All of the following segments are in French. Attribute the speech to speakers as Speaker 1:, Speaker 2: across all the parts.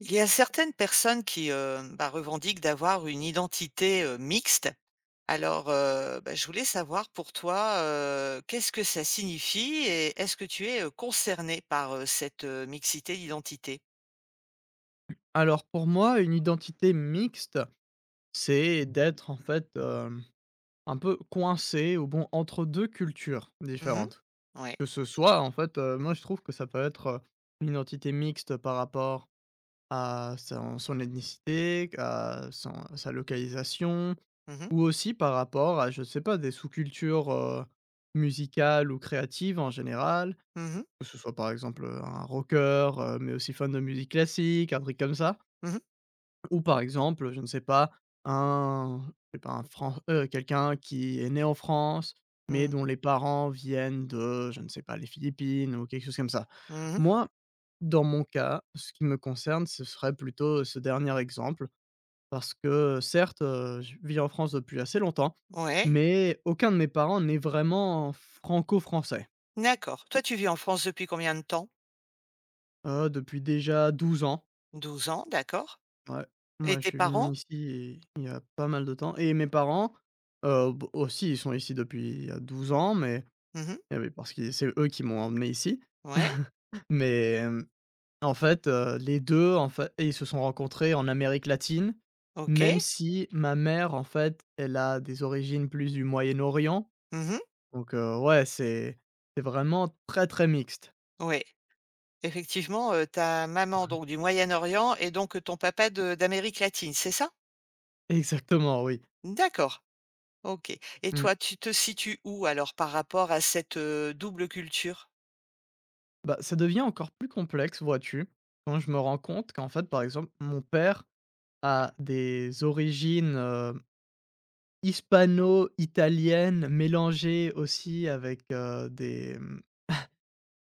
Speaker 1: Il y a certaines personnes qui, bah, revendiquent d'avoir une identité, mixte. Alors, bah, je voulais savoir pour toi, qu'est-ce que ça signifie et est-ce que tu es, concerné par, cette, mixité d'identité?
Speaker 2: Alors pour moi, une identité mixte, c'est d'être en fait, un peu coincé ou bon entre 2 cultures
Speaker 1: Mmh.
Speaker 2: différentes.
Speaker 1: Ouais.
Speaker 2: Que ce soit en fait, moi je trouve que ça peut être, une identité mixte par rapport à son ethnicité, à son sa localisation
Speaker 1: Mmh mh.
Speaker 2: ou aussi par rapport à je sais pas des sous-cultures, musicales ou créatives en général.
Speaker 1: Mmh mh.
Speaker 2: Que ce soit par exemple, un rocker, mais aussi fan de musique classique, un truc comme ça.
Speaker 1: Mmh.
Speaker 2: Ou par exemple, je ne sais pas, un je sais pas, un Fran quelqu'un qui est né en France, mais
Speaker 1: Mmh.
Speaker 2: dont les parents viennent de, je ne sais pas, les Philippines ou quelque chose comme ça.
Speaker 1: Mmh.
Speaker 2: Moi, dans mon cas, ce qui me concerne, ce serait plutôt ce dernier exemple parce que certes, je vis en France depuis assez longtemps,
Speaker 1: Ouais,
Speaker 2: mais aucun de mes parents n'est vraiment franco-français.
Speaker 1: d'accord. Toi, tu vis en France depuis combien de temps?
Speaker 2: Depuis déjà 12 ans.
Speaker 1: 12 ans, d'accord.
Speaker 2: Ouais,
Speaker 1: Et
Speaker 2: moi, je
Speaker 1: tes
Speaker 2: suis venu
Speaker 1: parents?
Speaker 2: ici et il y a pas mal de temps et mes parents, b aussi, ils sont ici depuis il y a 12 ans, mais
Speaker 1: Mmh.
Speaker 2: eh oui, parce que c'est eux qui m'ont emmené ici,
Speaker 1: Ouais,
Speaker 2: mais en fait, les 2, en fait ils se sont rencontrés en Amérique latine, même
Speaker 1: OK.
Speaker 2: si ma mère, en fait, elle a des origines plus du Moyen-Orient,
Speaker 1: Mmh.
Speaker 2: donc ouais, c'est vraiment très, très mixte.
Speaker 1: Ouais. Effectivement, ta maman donc du Moyen-Orient, et donc ton papa de d'Amérique latine, c'est ça?
Speaker 2: Exactement, oui.
Speaker 1: D'accord, OK, et
Speaker 2: Mmh.
Speaker 1: toi, tu te situes où alors par rapport à cette, double culture?
Speaker 2: Bah, ça devient encore plus complexe, vois-tu, quand je me rends compte qu'en fait, par exemple, mon père à des origines, hispano-italiennes mélangées aussi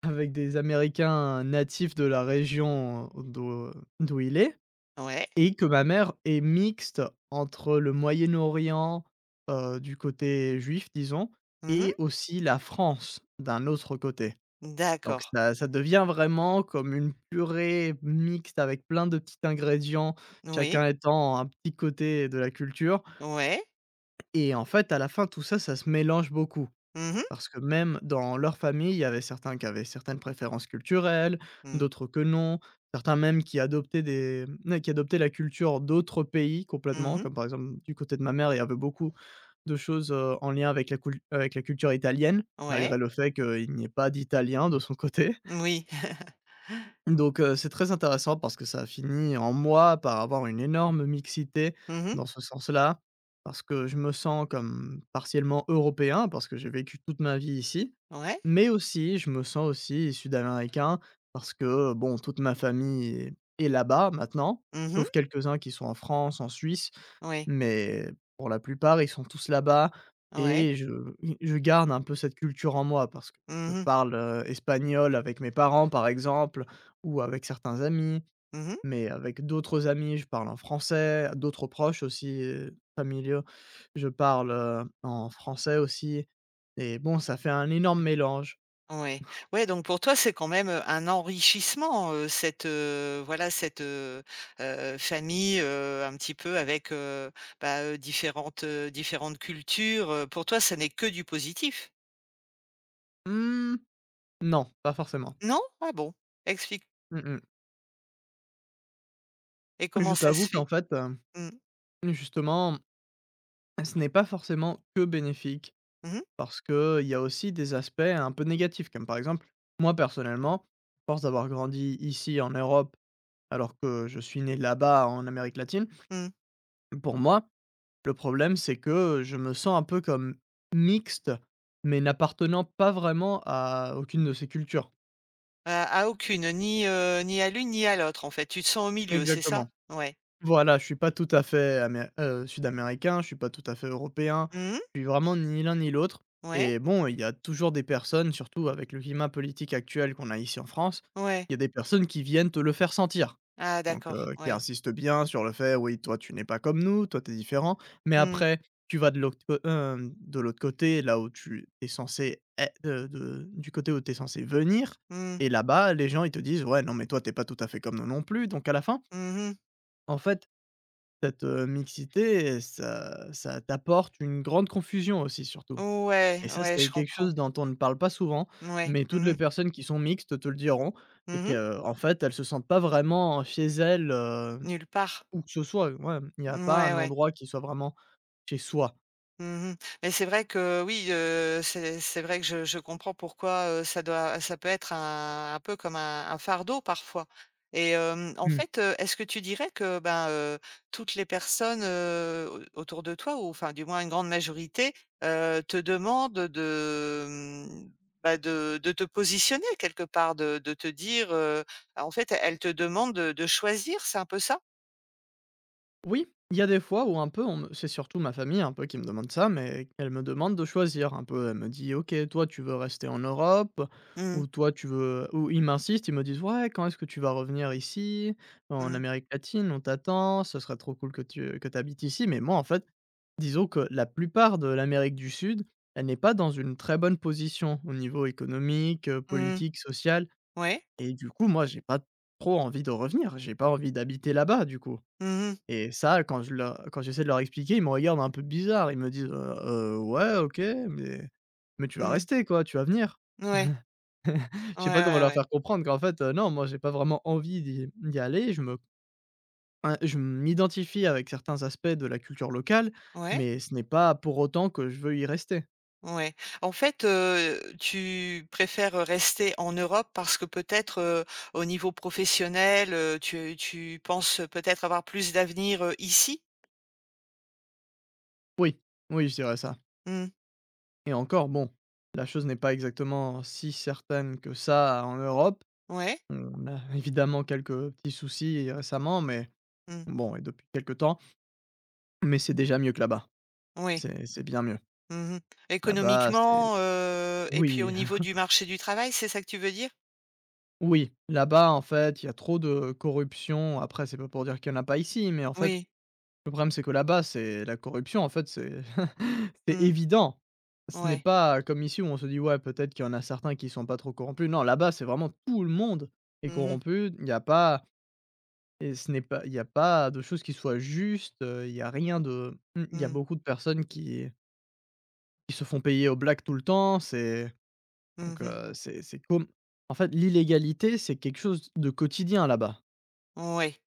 Speaker 2: avec des américains natifs de la région d'où il est
Speaker 1: Ouais.
Speaker 2: et que ma mère est mixte entre le Moyen-Orient, du côté juif disons
Speaker 1: Mmh.
Speaker 2: et aussi la France d'un autre côté. Donc
Speaker 1: D'accord.
Speaker 2: ça devient vraiment comme une purée mixte avec plein de petits ingrédients,
Speaker 1: Oui.
Speaker 2: chacun étant un petit côté de la culture.
Speaker 1: Ouais.
Speaker 2: Et en fait, à la fin, tout ça, ça se mélange beaucoup.
Speaker 1: Mmh mh.
Speaker 2: Parce que même dans leur famille, il y avait certains qui avaient certaines préférences culturelles,
Speaker 1: Mmh.
Speaker 2: d'autres que non, certains même qui adoptaient des n qui adoptaient la culture d'autres pays complètement,
Speaker 1: Mmh.
Speaker 2: comme par exemple du côté de ma mère, il y avait beaucoup de choses, en lien avec la cul avec la culture italienne,
Speaker 1: Ouais.
Speaker 2: malgré le fait qu'il n'y ait pas d'Italiens de son côté.
Speaker 1: Oui.
Speaker 2: Donc c'est très intéressant parce que ça a fini en moi par avoir une énorme mixité
Speaker 1: Mmh.
Speaker 2: dans ce sens-là, parce que je me sens comme partiellement européen, parce que j'ai vécu toute ma vie ici,
Speaker 1: Ouais.
Speaker 2: mais aussi je me sens aussi sud-américain parce que, bon, toute ma famille est là-bas maintenant,
Speaker 1: Mmh.
Speaker 2: sauf quelques-uns qui sont en France, en Suisse,
Speaker 1: Oui.
Speaker 2: mais pour la plupart, ils sont tous là-bas
Speaker 1: Ouais.
Speaker 2: et je garde un peu cette culture en moi parce que
Speaker 1: Mmh
Speaker 2: je
Speaker 1: mh.
Speaker 2: parle, espagnol avec mes parents, par exemple, ou avec certains amis,
Speaker 1: Mmh.
Speaker 2: mais avec d'autres amis, je parle en français, d'autres proches aussi, familiaux, je parle, en français aussi et bon, ça fait un énorme mélange.
Speaker 1: Ouais. Ouais, donc pour toi, c'est quand même, un enrichissement, cette, voilà, cette, famille, un petit peu avec, bah, différentes cultures, pour toi, ça n'est que du positif?
Speaker 2: Mmh, non, pas forcément.
Speaker 1: Non? Ah bon? Explique.
Speaker 2: Mmh mh.
Speaker 1: Et comment
Speaker 2: Je
Speaker 1: ça se
Speaker 2: t'avoue qu'en
Speaker 1: fait?
Speaker 2: fait,
Speaker 1: Mmh.
Speaker 2: justement, ce n'est pas forcément que bénéfique
Speaker 1: Mmh mh.
Speaker 2: parce qu'il y a aussi des aspects un peu négatifs, comme par exemple, moi personnellement, force d'avoir grandi ici en Europe alors que je suis né là-bas en Amérique latine,
Speaker 1: Mmh.
Speaker 2: pour moi. Le problème, c'est que, je me sens un peu comme mixte, mais n'appartenant pas vraiment à aucune de ces cultures.
Speaker 1: À aucune, ni à l'une ni à l'autre, en fait. Tu te sens au milieu, c'est ça?
Speaker 2: Exactement.
Speaker 1: Ouais.
Speaker 2: Voilà, je suis pas tout à fait amé sud-américain, je suis pas tout à fait européen,
Speaker 1: Mmh.
Speaker 2: je suis vraiment ni l'un ni l'autre
Speaker 1: Ouais.
Speaker 2: et bon, il y a toujours des personnes, surtout avec le climat politique actuel qu'on a ici en France,
Speaker 1: Ouais.
Speaker 2: il y a des personnes qui viennent te le faire sentir.
Speaker 1: Ah
Speaker 2: Donc
Speaker 1: d'accord,
Speaker 2: qui
Speaker 1: ouais.
Speaker 2: insiste bien sur le fait: «Oui, toi, tu n'es pas comme nous, toi, tu es différent». Mais
Speaker 1: Mmh.
Speaker 2: après, tu vas de l'autre de l'autre côté, là où tu es censé ê de du côté où tu es censé venir
Speaker 1: Mmh.
Speaker 2: et là-bas, les gens, ils te disent: «Ouais, non, mais toi, t'es pas tout à fait comme nous non plus». Donc à la fin,
Speaker 1: Mmh.
Speaker 2: en fait, cette, mixité, ça t'apporte une grande confusion aussi, surtout.
Speaker 1: Ouais,
Speaker 2: Et ça,
Speaker 1: ouais,
Speaker 2: c'est
Speaker 1: je
Speaker 2: quelque
Speaker 1: comprends.
Speaker 2: chose dont on ne parle pas souvent,
Speaker 1: Ouais.
Speaker 2: mais toutes les
Speaker 1: Mmh.
Speaker 2: personnes qui sont mixtes te le diront et
Speaker 1: Mmh mh.
Speaker 2: qu'en en fait, elles se sentent pas vraiment chez elles,
Speaker 1: Nulle part.
Speaker 2: où que ce soit, ouais, il n'y a pas
Speaker 1: Mouais,
Speaker 2: un
Speaker 1: ouais.
Speaker 2: endroit qui soit vraiment chez soi.
Speaker 1: Mmh mh. Mais c'est vrai que oui, c'est vrai que je comprends pourquoi, ça peut être un peu comme un fardeau parfois. Et en
Speaker 2: Mmh.
Speaker 1: fait, est-ce que tu dirais que, ben, toutes les personnes, au autour de toi, ou enfin du moins une grande majorité, te demandent de, mmh, bah, de te positionner quelque part, de te dire, en fait, elles te demandent de choisir, c'est un peu ça?
Speaker 2: Oui, il y a des fois où un peu on me c'est surtout ma famille un peu qui me demande ça, mais elle me demande de choisir un peu. Elle me dit: «OK, toi tu veux rester en Europe
Speaker 1: Mmh.
Speaker 2: ou toi tu veux» ou ils m'insistent, ils me disent: «Ouais, quand est-ce que tu vas revenir ici? En
Speaker 1: Mmh.
Speaker 2: Amérique latine, on t'attend, ce serait trop cool que tu habites ici». Mais moi en fait, disons que la plupart de l'Amérique du Sud, elle n'est pas dans une très bonne position au niveau économique,
Speaker 1: Mmh.
Speaker 2: politique, social.
Speaker 1: Ouais.
Speaker 2: Et du coup, moi, j'ai pas trop envie de revenir, j'ai pas envie d'habiter là-bas, du coup.
Speaker 1: Mmh mh.
Speaker 2: Et ça, quand je leur quand j'essaie de leur expliquer, ils me regardent un peu bizarre. Ils me disent: Ouais, OK, mais tu vas
Speaker 1: Mmh.
Speaker 2: rester, quoi, tu vas venir».
Speaker 1: Ouais.
Speaker 2: Je
Speaker 1: Ouais,
Speaker 2: sais pas comment
Speaker 1: ouais,
Speaker 2: leur
Speaker 1: ouais.
Speaker 2: faire comprendre qu'en fait, non, moi, j'ai pas vraiment envie d'y aller. Je me in Je m'identifie avec certains aspects de la culture locale,
Speaker 1: Ouais?
Speaker 2: mais ce n'est pas pour autant que je veux y rester.
Speaker 1: Ouais. En fait, tu préfères, rester en Europe parce que peut-être, au niveau professionnel, tu penses, peut-être avoir plus d'avenir, ici?
Speaker 2: Oui, oui, je dirais ça.
Speaker 1: Mmh.
Speaker 2: Et encore bon, la chose n'est pas exactement si certaine que ça en Europe.
Speaker 1: Ouais.
Speaker 2: On a évidemment quelques petits soucis récemment, mais
Speaker 1: Mmh.
Speaker 2: bon et depuis quelque temps, mais c'est déjà mieux que là-bas.
Speaker 1: Oui.
Speaker 2: C'est bien mieux.
Speaker 1: Mmh mh.
Speaker 2: Là-bas, c'est
Speaker 1: Économiquement, et puis au
Speaker 2: oui,
Speaker 1: niveau du marché du travail, c'est ça que tu veux dire?
Speaker 2: oui, là-bas, en fait, il y a trop de corruption. Après, c'est pas pour dire qu'il y en a pas ici, mais en fait,
Speaker 1: Oui.
Speaker 2: le problème, c'est que là-bas, c'est la corruption, en fait, c'est c'est
Speaker 1: Mmh.
Speaker 2: évident. Ce n'est
Speaker 1: Ouais.
Speaker 2: pas comme ici où on se dit: «Ouais, peut-être qu'il y en a certains qui sont pas trop corrompus». Non, là-bas, c'est vraiment tout le monde est
Speaker 1: Mmh mh.
Speaker 2: corrompu. Il n'y a pas et ce n'est pas il n'y a pas de choses qui soient justes, il y a rien de il y a
Speaker 1: Mmh.
Speaker 2: beaucoup de personnes qui se font payer au black tout le temps, c'est
Speaker 1: Mmh
Speaker 2: donc
Speaker 1: mh.
Speaker 2: c'est comme en fait, l'illégalité, c'est quelque chose de quotidien là-bas
Speaker 1: Ouais.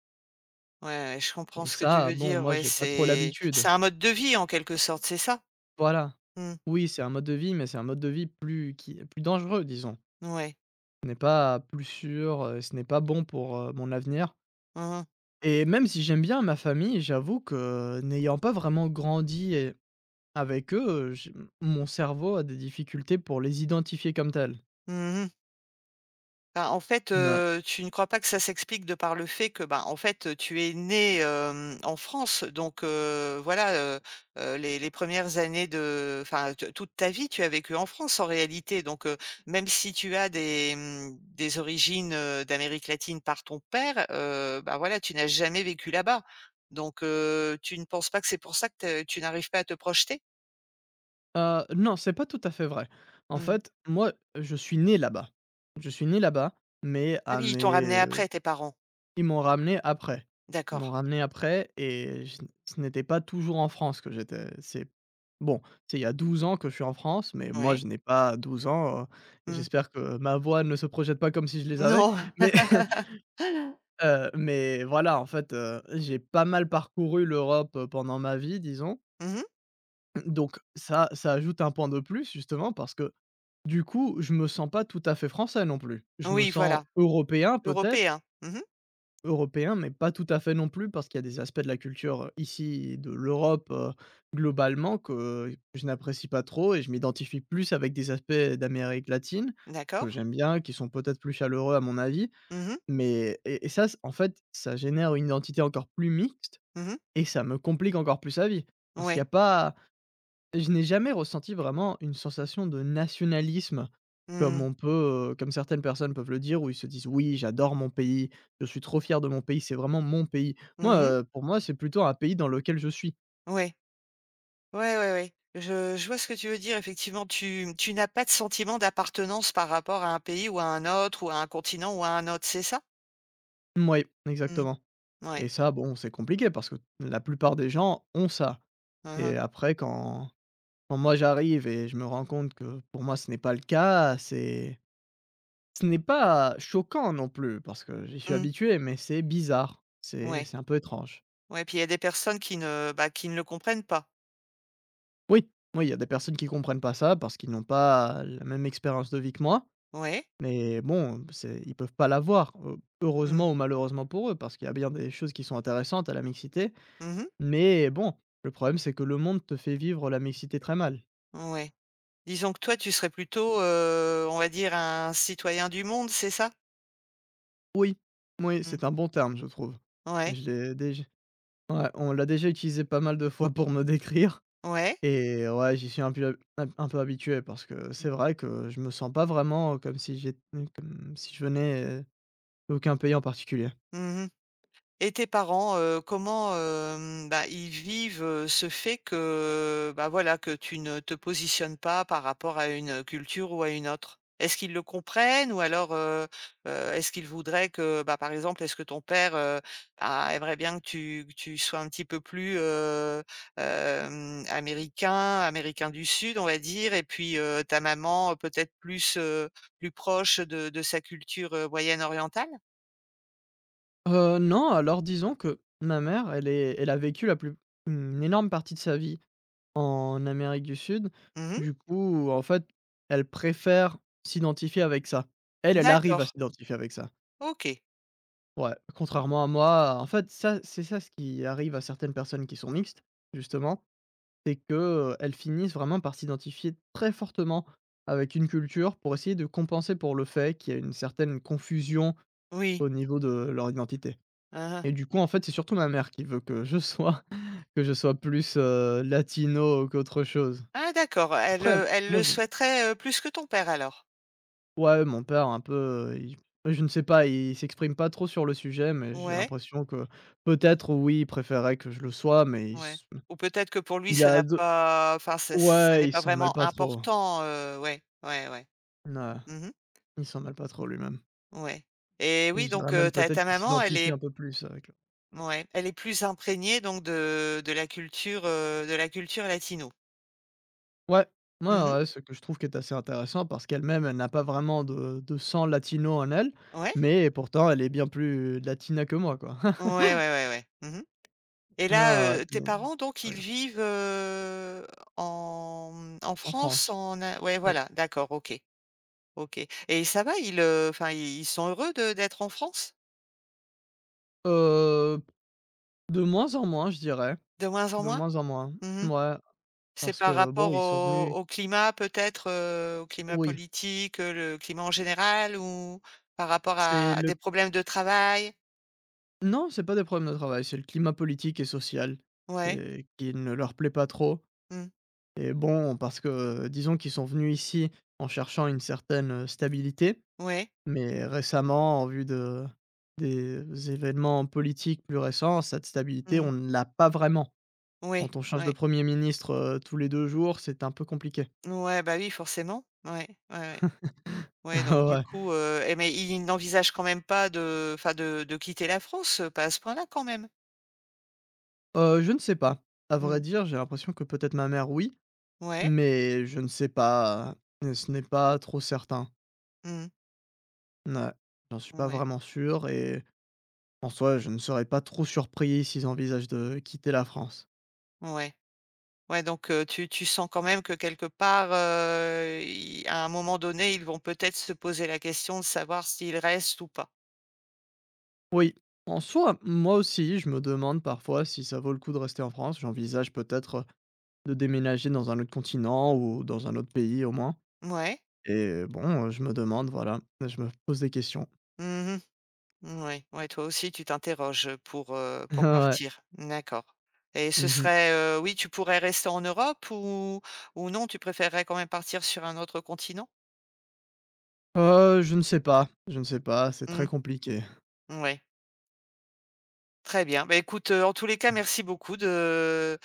Speaker 1: Ouais, ouais, je comprends
Speaker 2: et
Speaker 1: ce que tu
Speaker 2: ça,
Speaker 1: veux
Speaker 2: bon,
Speaker 1: dire.
Speaker 2: moi,
Speaker 1: Ouais,
Speaker 2: j'ai pas trop
Speaker 1: c'est
Speaker 2: l'habitude.
Speaker 1: c'est un mode de vie en quelque sorte, c'est ça?
Speaker 2: Voilà.
Speaker 1: Mmh.
Speaker 2: Oui, c'est un mode de vie, mais c'est un mode de vie plus qui plus dangereux, disons.
Speaker 1: Ouais.
Speaker 2: Ce n'est pas plus sûr, ce n'est pas bon pour, mon avenir
Speaker 1: Mmh mh.
Speaker 2: et même si j'aime bien ma famille, j'avoue que n'ayant pas vraiment grandi et avec eux, mon cerveau a des difficultés pour les identifier comme tels.
Speaker 1: Mmh mh. Bah, en fait,
Speaker 2: Mouais.
Speaker 1: tu ne crois pas que ça s'explique de par le fait que, bah, en fait, tu es née, en France. Donc voilà, heu les 1 années de enfin, te toute ta vie, tu as vécu en France, en réalité. Donc même si tu as des, mmh, des origines, d'Amérique latine par ton père, bah, voilà, tu n'as jamais vécu là-bas. Donc tu ne penses pas que c'est pour ça que tu n'arrives pas à te projeter?
Speaker 2: Non, c'est pas tout à fait vrai. En
Speaker 1: Mmh.
Speaker 2: fait, moi, je suis né là-bas. Je suis né là-bas, mais
Speaker 1: Ah
Speaker 2: à
Speaker 1: oui, ils t'ont ramenée
Speaker 2: mes.
Speaker 1: après, tes parents.
Speaker 2: Ils m'ont ramené après. Ils m'ont
Speaker 1: D'accord.
Speaker 2: ramené après et je n ce n'était pas toujours en France que j'étais. C'est bon, c'est il y a 12 ans que je suis en France, mais moi
Speaker 1: Ouais.
Speaker 2: je n'ai pas 12 ans, et
Speaker 1: Mmh.
Speaker 2: j'espère que ma voix ne se projette pas comme si je les avais.
Speaker 1: Non.
Speaker 2: Mais mais voilà, en fait, j'ai pas mal parcouru l'Europe, pendant ma vie, disons.
Speaker 1: Mmh.
Speaker 2: Donc ça ajoute un point de plus justement parce que, du coup, je me sens pas tout à fait français non plus. Je me
Speaker 1: Oui,
Speaker 2: sens
Speaker 1: voilà,
Speaker 2: européen peut-être,
Speaker 1: européen. Mmh.
Speaker 2: européen, mais pas tout à fait non plus, parce qu'il y a des aspects de la culture, ici, de l'Europe, globalement que je n'apprécie pas trop et je m'identifie plus avec des aspects d'Amérique latine
Speaker 1: D'accord.
Speaker 2: que j'aime bien, qui sont peut-être plus chaleureux à mon avis,
Speaker 1: Mmh mh.
Speaker 2: mais et ça, c en fait, ça génère une identité encore plus mixte
Speaker 1: Mmh mh.
Speaker 2: et ça me complique encore plus la vie. Parce qu'il y
Speaker 1: Ouais.
Speaker 2: a pas Je n'ai jamais ressenti vraiment une sensation de nationalisme. Comme
Speaker 1: Mmh.
Speaker 2: on peut, comme certaines personnes peuvent le dire, où ils se disent: «Oui, j'adore mon pays, je suis trop fier de mon pays, c'est vraiment mon pays». Moi,
Speaker 1: Mmh.
Speaker 2: pour moi, c'est plutôt un pays dans lequel je suis.
Speaker 1: Ouais. Ouais, ouais, ouais. Je vois ce que tu veux dire. Effectivement, tu n'as pas de sentiment d'appartenance par rapport à un pays ou à un autre, ou à un continent ou à un autre, c'est ça?
Speaker 2: Oui,
Speaker 1: Mmh.
Speaker 2: exactement.
Speaker 1: Ouais.
Speaker 2: Et ça, bon, c'est compliqué parce que la plupart des gens ont ça,
Speaker 1: Mmh mh.
Speaker 2: et après quand moi j'arrive et je me rends compte que pour moi ce n'est pas le cas, c'est ce n'est pas choquant non plus parce que j'y suis
Speaker 1: Mmh.
Speaker 2: habitué, mais c'est bizarre, c'est
Speaker 1: Ouais.
Speaker 2: c'est un peu étrange.
Speaker 1: Ouais, puis il y a des personnes qui ne, bah, qui ne le comprennent pas.
Speaker 2: Oui, oui, il y a des personnes qui comprennent pas ça parce qu'ils n'ont pas la même expérience de vie que moi.
Speaker 1: Ouais.
Speaker 2: Mais bon, c'est ils peuvent pas l'avoir,
Speaker 1: Mmh.
Speaker 2: heureusement ou malheureusement pour eux, parce qu'il y a bien des choses qui sont intéressantes à la mixité.
Speaker 1: Mmh.
Speaker 2: Mais bon, le problème, c'est que le monde te fait vivre la mixité très mal.
Speaker 1: Ouais. Disons que toi, tu serais plutôt, on va dire un citoyen du monde, c'est ça?
Speaker 2: Oui, oui,
Speaker 1: Mmh.
Speaker 2: c'est un bon terme, je trouve.
Speaker 1: Ouais.
Speaker 2: Je l'ai déj ouais, on l'a déjà utilisé pas mal de fois pour me décrire,
Speaker 1: Ouais.
Speaker 2: et ouais, j'y suis un peu un peu habitué parce que
Speaker 1: Mmh.
Speaker 2: c'est vrai que je me sens pas vraiment comme si j'ét, comme si je venais d'aucun pays en particulier.
Speaker 1: Mmh. Et tes parents, comment, bah, ils vivent, ce fait que, bah, voilà, que tu ne te positionnes pas par rapport à une, culture ou à une autre? Est-ce qu'ils le comprennent, ou alors, est-ce qu'ils voudraient que, bah, par exemple, est-ce que ton père, bah, aimerait bien que tu sois un petit peu plus, américain du sud, on va dire, et puis, ta maman, peut-être plus proche de sa culture, moyenne orientale?
Speaker 2: Non, alors disons que ma mère, elle est elle a vécu la plus une énorme partie de sa vie en Amérique du Sud.
Speaker 1: Mmh.
Speaker 2: Du coup, en fait, elle préfère s'identifier avec ça. Elle, elle arrive
Speaker 1: D'accord,
Speaker 2: à s'identifier avec ça.
Speaker 1: OK.
Speaker 2: Ouais, contrairement à moi, en fait, ça c'est ça ce qui arrive à certaines personnes qui sont mixtes, justement, c'est que elles finissent vraiment par s'identifier très fortement avec une culture pour essayer de compenser pour le fait qu'il y a une certaine confusion
Speaker 1: Oui.
Speaker 2: au niveau de leur identité.
Speaker 1: Hein, hein.
Speaker 2: Et du coup, en fait, c'est surtout ma mère qui veut que je sois que je sois plus, latino qu'autre chose.
Speaker 1: Ah d'accord, elle,
Speaker 2: Après,
Speaker 1: heu, elle
Speaker 2: moi
Speaker 1: le
Speaker 2: je
Speaker 1: souhaiterait, plus que ton père alors?
Speaker 2: ouais, mon père un peu, il je ne sais pas, il s'exprime pas trop sur le sujet, mais j'ai
Speaker 1: Ouais.
Speaker 2: l'impression que
Speaker 1: Mmh.
Speaker 2: peut-être oui, il préférait que je le sois, mais il
Speaker 1: Ouais.
Speaker 2: s
Speaker 1: Ou peut-être que pour lui
Speaker 2: il
Speaker 1: ça n'a
Speaker 2: a de
Speaker 1: pas enfin, ça n'est
Speaker 2: ouais, il
Speaker 1: pas
Speaker 2: s'en mêle
Speaker 1: vraiment
Speaker 2: pas trop.
Speaker 1: important, ouais, ouais, ouais.
Speaker 2: Ouais,
Speaker 1: Mmh.
Speaker 2: il s'en mêle pas trop lui-même.
Speaker 1: Ouais. Et
Speaker 2: Et
Speaker 1: oui
Speaker 2: je
Speaker 1: donc,
Speaker 2: dirais même
Speaker 1: ta
Speaker 2: peut-être
Speaker 1: ta
Speaker 2: qu'il
Speaker 1: maman, elle
Speaker 2: s'identifie un
Speaker 1: est,
Speaker 2: peu plus avec.
Speaker 1: ouais, elle est plus imprégnée donc de la culture latino.
Speaker 2: Ouais, ouais,
Speaker 1: Mmh.
Speaker 2: ouais, ce que je trouve qui est assez intéressant parce qu'elle-même, elle n'a pas vraiment de sang latino en elle,
Speaker 1: Ouais?
Speaker 2: mais pourtant elle est bien plus latina que moi, quoi.
Speaker 1: Ouais, ouais, ouais, ouais. Mmh. Et là,
Speaker 2: Non, ouais,
Speaker 1: tes
Speaker 2: mais
Speaker 1: parents donc ils
Speaker 2: rien.
Speaker 1: vivent, en
Speaker 2: En
Speaker 1: France,
Speaker 2: France,
Speaker 1: en a ouais,
Speaker 2: oui.
Speaker 1: voilà, d'accord, OK, OK. Et ça va, enfin ils sont heureux de d'être en France?
Speaker 2: Heu, de moins en moins, je dirais,
Speaker 1: De moins en
Speaker 2: de
Speaker 1: moins?
Speaker 2: moins en moins.
Speaker 1: Mmh.
Speaker 2: Ouais,
Speaker 1: C'est
Speaker 2: parce
Speaker 1: par
Speaker 2: que bon,
Speaker 1: rapport
Speaker 2: ils sont
Speaker 1: au
Speaker 2: venus
Speaker 1: au climat peut-être, au climat
Speaker 2: oui,
Speaker 1: politique, le climat en général, ou par rapport à
Speaker 2: c'est
Speaker 1: à des
Speaker 2: le
Speaker 1: problèmes de travail?
Speaker 2: non, c'est pas des problèmes de travail, c'est le climat politique et social
Speaker 1: Ouais.
Speaker 2: et qui ne leur plaît pas trop
Speaker 1: Mmh.
Speaker 2: et bon, parce que disons qu'ils sont venus ici en cherchant une certaine stabilité.
Speaker 1: Ouais.
Speaker 2: Mais récemment, en vue de des événements politiques plus récents, cette stabilité,
Speaker 1: Mmh.
Speaker 2: on ne l'a pas vraiment.
Speaker 1: Oui.
Speaker 2: Quand on change de
Speaker 1: Ouais.
Speaker 2: premier ministre, tous les 2 jours, c'est un peu compliqué.
Speaker 1: Ouais, bah oui, forcément. Ouais. Ouais, ouais. Ouais, donc du
Speaker 2: Ouais.
Speaker 1: coup, mais il n'envisage quand même pas de enfin de quitter la France, pas à ce point-là quand même?
Speaker 2: Je ne sais pas. À vrai
Speaker 1: Mmh.
Speaker 2: dire, j'ai l'impression que peut-être ma mère, oui,
Speaker 1: Ouais.
Speaker 2: mais je ne sais pas, ce n'est pas trop certain.
Speaker 1: Mmh.
Speaker 2: Ouais, j'en suis pas
Speaker 1: Ouais.
Speaker 2: vraiment sûr et en soi, je ne serais pas trop surpris s'ils envisagent de quitter la France.
Speaker 1: Ouais. Ouais, donc tu sens quand même que quelque part, i à un moment donné, ils vont peut-être se poser la question de savoir s'ils restent ou pas?
Speaker 2: Oui, en soi, moi aussi, je me demande parfois si ça vaut le coup de rester en France. J'envisage peut-être de déménager dans un autre continent ou dans un autre pays au moins.
Speaker 1: Ouais.
Speaker 2: Et bon, je me demande, voilà, je me pose des questions.
Speaker 1: Mmh. Ouais. Ouais, toi aussi tu t'interroges, pour
Speaker 2: Ouais.
Speaker 1: partir. D'accord, et ce
Speaker 2: Mmh mh.
Speaker 1: serait, oui, tu pourrais rester en Europe, ou non, tu préférerais quand même partir sur un autre continent?
Speaker 2: Je ne sais pas, je ne sais pas, c'est très
Speaker 1: Mmh.
Speaker 2: compliqué.
Speaker 1: Ouais. Très bien. Bah, écoute, en tous les cas, merci beaucoup de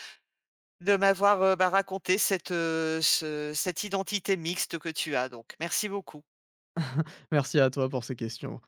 Speaker 1: de m'avoir, bah, raconté cette, ce cette identité mixte que tu as donc. Merci beaucoup.
Speaker 2: Merci à toi pour ces questions.